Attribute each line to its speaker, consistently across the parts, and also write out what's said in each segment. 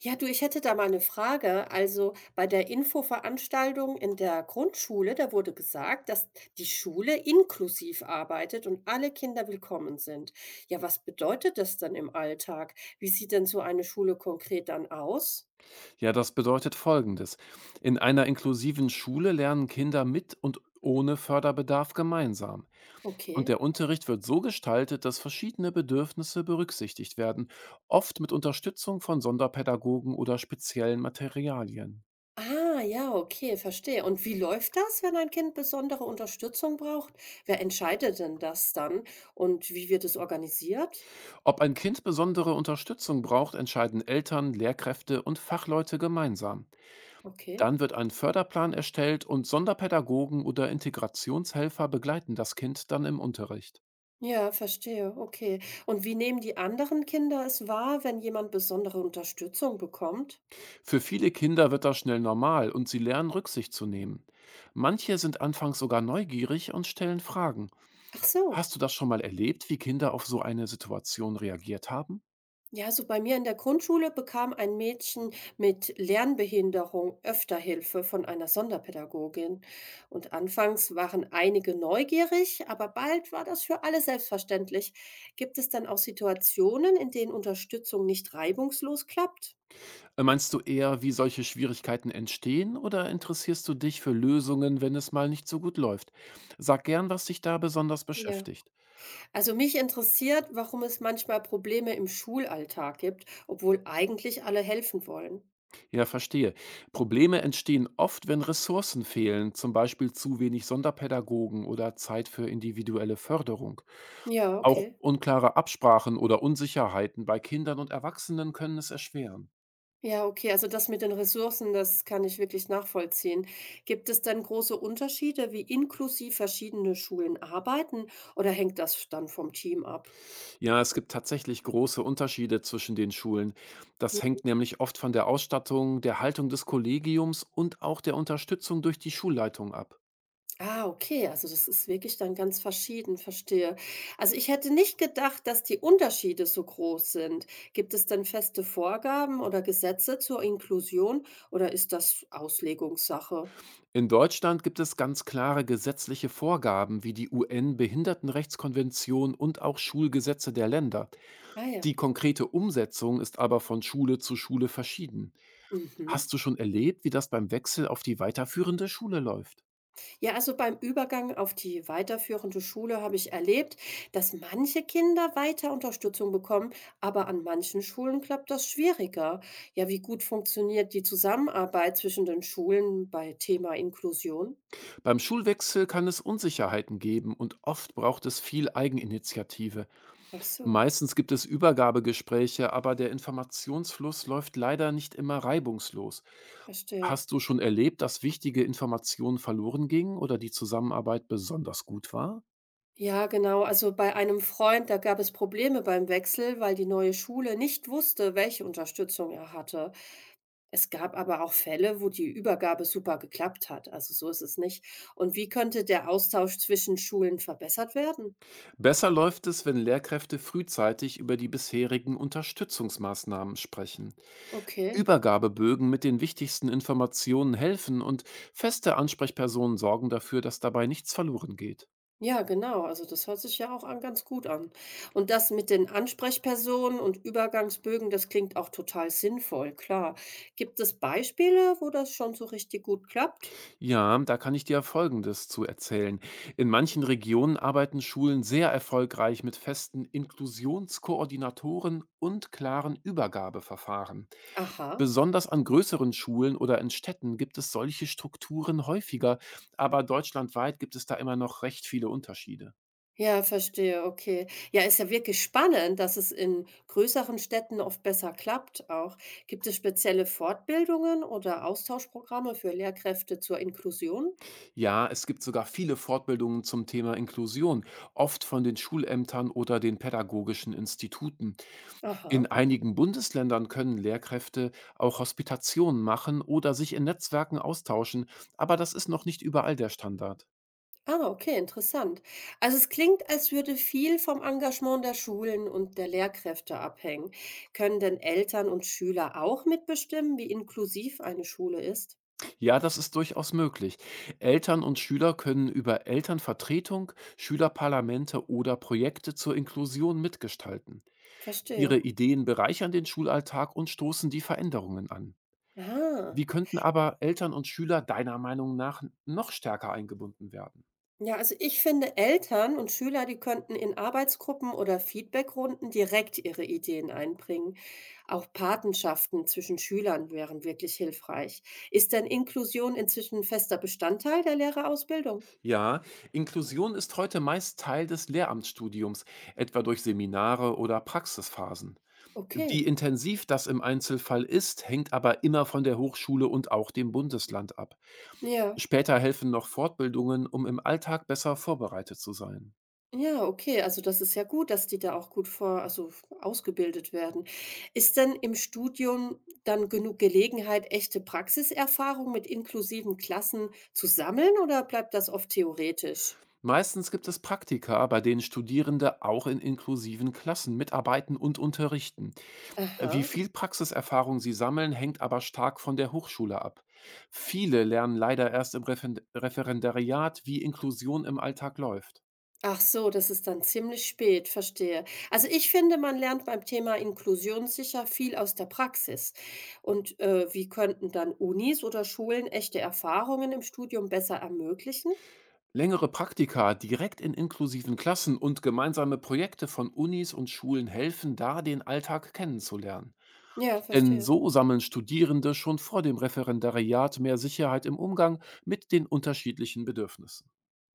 Speaker 1: Ja, du, ich hätte da mal eine Frage. Also, bei der Infoveranstaltung in der Grundschule, da wurde gesagt, dass die Schule inklusiv arbeitet und alle Kinder willkommen sind. Ja, was bedeutet das dann im Alltag? Wie sieht denn so eine Schule konkret dann aus?
Speaker 2: Ja, das bedeutet Folgendes. In einer inklusiven Schule lernen Kinder mit und ohne Förderbedarf gemeinsam. Und
Speaker 1: Okay.
Speaker 2: der Unterricht wird so gestaltet, dass verschiedene Bedürfnisse berücksichtigt werden, oft mit Unterstützung von Sonderpädagogen oder speziellen Materialien.
Speaker 1: Ah, ja, okay, verstehe. Und wie läuft das, wenn ein Kind besondere Unterstützung braucht? Wer entscheidet denn das dann und wie wird es organisiert?
Speaker 2: Ob ein Kind besondere Unterstützung braucht, entscheiden Eltern, Lehrkräfte und Fachleute gemeinsam.
Speaker 1: Okay.
Speaker 2: Dann wird ein Förderplan erstellt und Sonderpädagogen oder Integrationshelfer begleiten das Kind dann im Unterricht.
Speaker 1: Ja, verstehe, okay. Und wie nehmen die anderen Kinder es wahr, wenn jemand besondere Unterstützung bekommt?
Speaker 2: Für viele Kinder wird das schnell normal und sie lernen Rücksicht zu nehmen. Manche sind anfangs sogar neugierig und stellen Fragen.
Speaker 1: Ach so.
Speaker 2: Hast du das schon mal erlebt, wie Kinder auf so eine Situation reagiert haben?
Speaker 1: Ja, so bei mir in der Grundschule bekam ein Mädchen mit Lernbehinderung öfter Hilfe von einer Sonderpädagogin. Und anfangs waren einige neugierig, aber bald war das für alle selbstverständlich. Gibt es dann auch Situationen, in denen Unterstützung nicht reibungslos klappt?
Speaker 2: Meinst du eher, wie solche Schwierigkeiten entstehen oder interessierst du dich für Lösungen, wenn es mal nicht so gut läuft? Sag gern, was dich da besonders
Speaker 1: Ja.
Speaker 2: beschäftigt.
Speaker 1: Also mich interessiert, warum es manchmal Probleme im Schulalltag gibt, obwohl eigentlich alle helfen wollen.
Speaker 2: Ja, verstehe. Probleme entstehen oft, wenn Ressourcen fehlen, zum Beispiel zu wenig Sonderpädagogen oder Zeit für individuelle Förderung.
Speaker 1: Ja,
Speaker 2: Auch
Speaker 1: okay.
Speaker 2: unklare Absprachen oder Unsicherheiten bei Kindern und Erwachsenen können es erschweren.
Speaker 1: Ja, okay. Also das mit den Ressourcen, das kann ich wirklich nachvollziehen. Gibt es denn große Unterschiede, wie inklusiv verschiedene Schulen arbeiten, oder hängt das dann vom Team ab?
Speaker 2: Ja, es gibt tatsächlich große Unterschiede zwischen den Schulen. Das hängt nämlich oft von der Ausstattung, der Haltung des Kollegiums und auch der Unterstützung durch die Schulleitung ab.
Speaker 1: Ah, okay, also das ist wirklich dann ganz verschieden, verstehe. Also ich hätte nicht gedacht, dass die Unterschiede so groß sind. Gibt es denn feste Vorgaben oder Gesetze zur Inklusion oder ist das Auslegungssache?
Speaker 2: In Deutschland gibt es ganz klare gesetzliche Vorgaben wie die UN-Behindertenrechtskonvention und auch Schulgesetze der Länder.
Speaker 1: Ah ja.
Speaker 2: Die konkrete Umsetzung ist aber von Schule zu Schule verschieden.
Speaker 1: Mhm.
Speaker 2: Hast du schon erlebt, wie das beim Wechsel auf die weiterführende Schule läuft?
Speaker 1: Ja, also beim Übergang auf die weiterführende Schule habe ich erlebt, dass manche Kinder weiter Unterstützung bekommen, aber an manchen Schulen klappt das schwieriger. Ja, wie gut funktioniert die Zusammenarbeit zwischen den Schulen bei Thema Inklusion?
Speaker 2: Beim Schulwechsel kann es Unsicherheiten geben und oft braucht es viel Eigeninitiative.
Speaker 1: Ach so.
Speaker 2: Meistens gibt es Übergabegespräche, aber der Informationsfluss läuft leider nicht immer reibungslos.
Speaker 1: Verstehe.
Speaker 2: Hast du schon erlebt, dass wichtige Informationen verloren gingen oder die Zusammenarbeit besonders gut war?
Speaker 1: Ja, genau. Also bei einem Freund, da gab es Probleme beim Wechsel, weil die neue Schule nicht wusste, welche Unterstützung er hatte. Es gab aber auch Fälle, wo die Übergabe super geklappt hat. Also so ist es nicht. Und wie könnte der Austausch zwischen Schulen verbessert werden?
Speaker 2: Besser läuft es, wenn Lehrkräfte frühzeitig über die bisherigen Unterstützungsmaßnahmen sprechen.
Speaker 1: Okay.
Speaker 2: Übergabebögen mit den wichtigsten Informationen helfen und feste Ansprechpersonen sorgen dafür, dass dabei nichts verloren geht.
Speaker 1: Ja, genau. Also das hört sich ja auch an, ganz gut an. Und das mit den Ansprechpersonen und Übergangsbögen, das klingt auch total sinnvoll, klar. Gibt es Beispiele, wo das schon so richtig gut klappt?
Speaker 2: Ja, da kann ich dir Folgendes zu erzählen. In manchen Regionen arbeiten Schulen sehr erfolgreich mit festen Inklusionskoordinatoren und klaren Übergabeverfahren.
Speaker 1: Aha.
Speaker 2: Besonders an größeren Schulen oder in Städten gibt es solche Strukturen häufiger, aber deutschlandweit gibt es da immer noch recht viele Unterschiede.
Speaker 1: Ja, verstehe, okay. Ja, ist ja wirklich spannend, dass es in größeren Städten oft besser klappt auch. Gibt es spezielle Fortbildungen oder Austauschprogramme für Lehrkräfte zur Inklusion?
Speaker 2: Ja, es gibt sogar viele Fortbildungen zum Thema Inklusion, oft von den Schulämtern oder den pädagogischen Instituten. In
Speaker 1: Aha.
Speaker 2: einigen Bundesländern können Lehrkräfte auch Hospitationen machen oder sich in Netzwerken austauschen, aber das ist noch nicht überall der Standard.
Speaker 1: Ah, okay, interessant. Also es klingt, als würde viel vom Engagement der Schulen und der Lehrkräfte abhängen. Können denn Eltern und Schüler auch mitbestimmen, wie inklusiv eine Schule ist?
Speaker 2: Ja, das ist durchaus möglich. Eltern und Schüler können über Elternvertretung, Schülerparlamente oder Projekte zur Inklusion mitgestalten. Ihre
Speaker 1: Verstehe.
Speaker 2: Ideen bereichern den Schulalltag und stoßen die Veränderungen an.
Speaker 1: Ah.
Speaker 2: Wie könnten aber Eltern und Schüler deiner Meinung nach noch stärker eingebunden werden?
Speaker 1: Ja, also ich finde, Eltern und Schüler, die könnten in Arbeitsgruppen oder Feedbackrunden direkt ihre Ideen einbringen. Auch Patenschaften zwischen Schülern wären wirklich hilfreich. Ist denn Inklusion inzwischen fester Bestandteil der Lehrerausbildung?
Speaker 2: Ja, Inklusion ist heute meist Teil des Lehramtsstudiums, etwa durch Seminare oder Praxisphasen. Wie
Speaker 1: Okay.
Speaker 2: intensiv das im Einzelfall ist, hängt aber immer von der Hochschule und auch dem Bundesland ab.
Speaker 1: Ja.
Speaker 2: Später helfen noch Fortbildungen, um im Alltag besser vorbereitet zu sein.
Speaker 1: Ja, okay. Also das ist ja gut, dass die da auch gut vor, also ausgebildet werden. Ist denn im Studium dann genug Gelegenheit, echte Praxiserfahrung mit inklusiven Klassen zu sammeln oder bleibt das oft theoretisch?
Speaker 2: Meistens gibt es Praktika, bei denen Studierende auch in inklusiven Klassen mitarbeiten und unterrichten. Wie
Speaker 1: Aha.
Speaker 2: viel Praxiserfahrung sie sammeln, hängt aber stark von der Hochschule ab. Viele lernen leider erst im Referendariat, wie Inklusion im Alltag läuft.
Speaker 1: Ach so, das ist dann ziemlich spät, verstehe. Also ich finde, man lernt beim Thema Inklusion sicher viel aus der Praxis. Und wie könnten dann Unis oder Schulen echte Erfahrungen im Studium besser ermöglichen?
Speaker 2: Längere Praktika direkt in inklusiven Klassen und gemeinsame Projekte von Unis und Schulen helfen da, den Alltag kennenzulernen.
Speaker 1: Ja,
Speaker 2: Denn
Speaker 1: verstehe.
Speaker 2: so sammeln Studierende schon vor dem Referendariat mehr Sicherheit im Umgang mit den unterschiedlichen Bedürfnissen.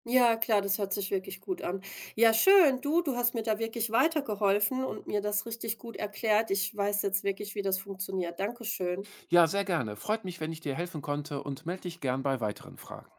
Speaker 1: Ja, klar, das hört sich wirklich gut an. Ja, schön, du hast mir da wirklich weitergeholfen und mir das richtig gut erklärt. Ich weiß jetzt wirklich, wie das funktioniert. Dankeschön.
Speaker 2: Ja, sehr gerne. Freut mich, wenn ich dir helfen konnte und melde dich gern bei weiteren Fragen.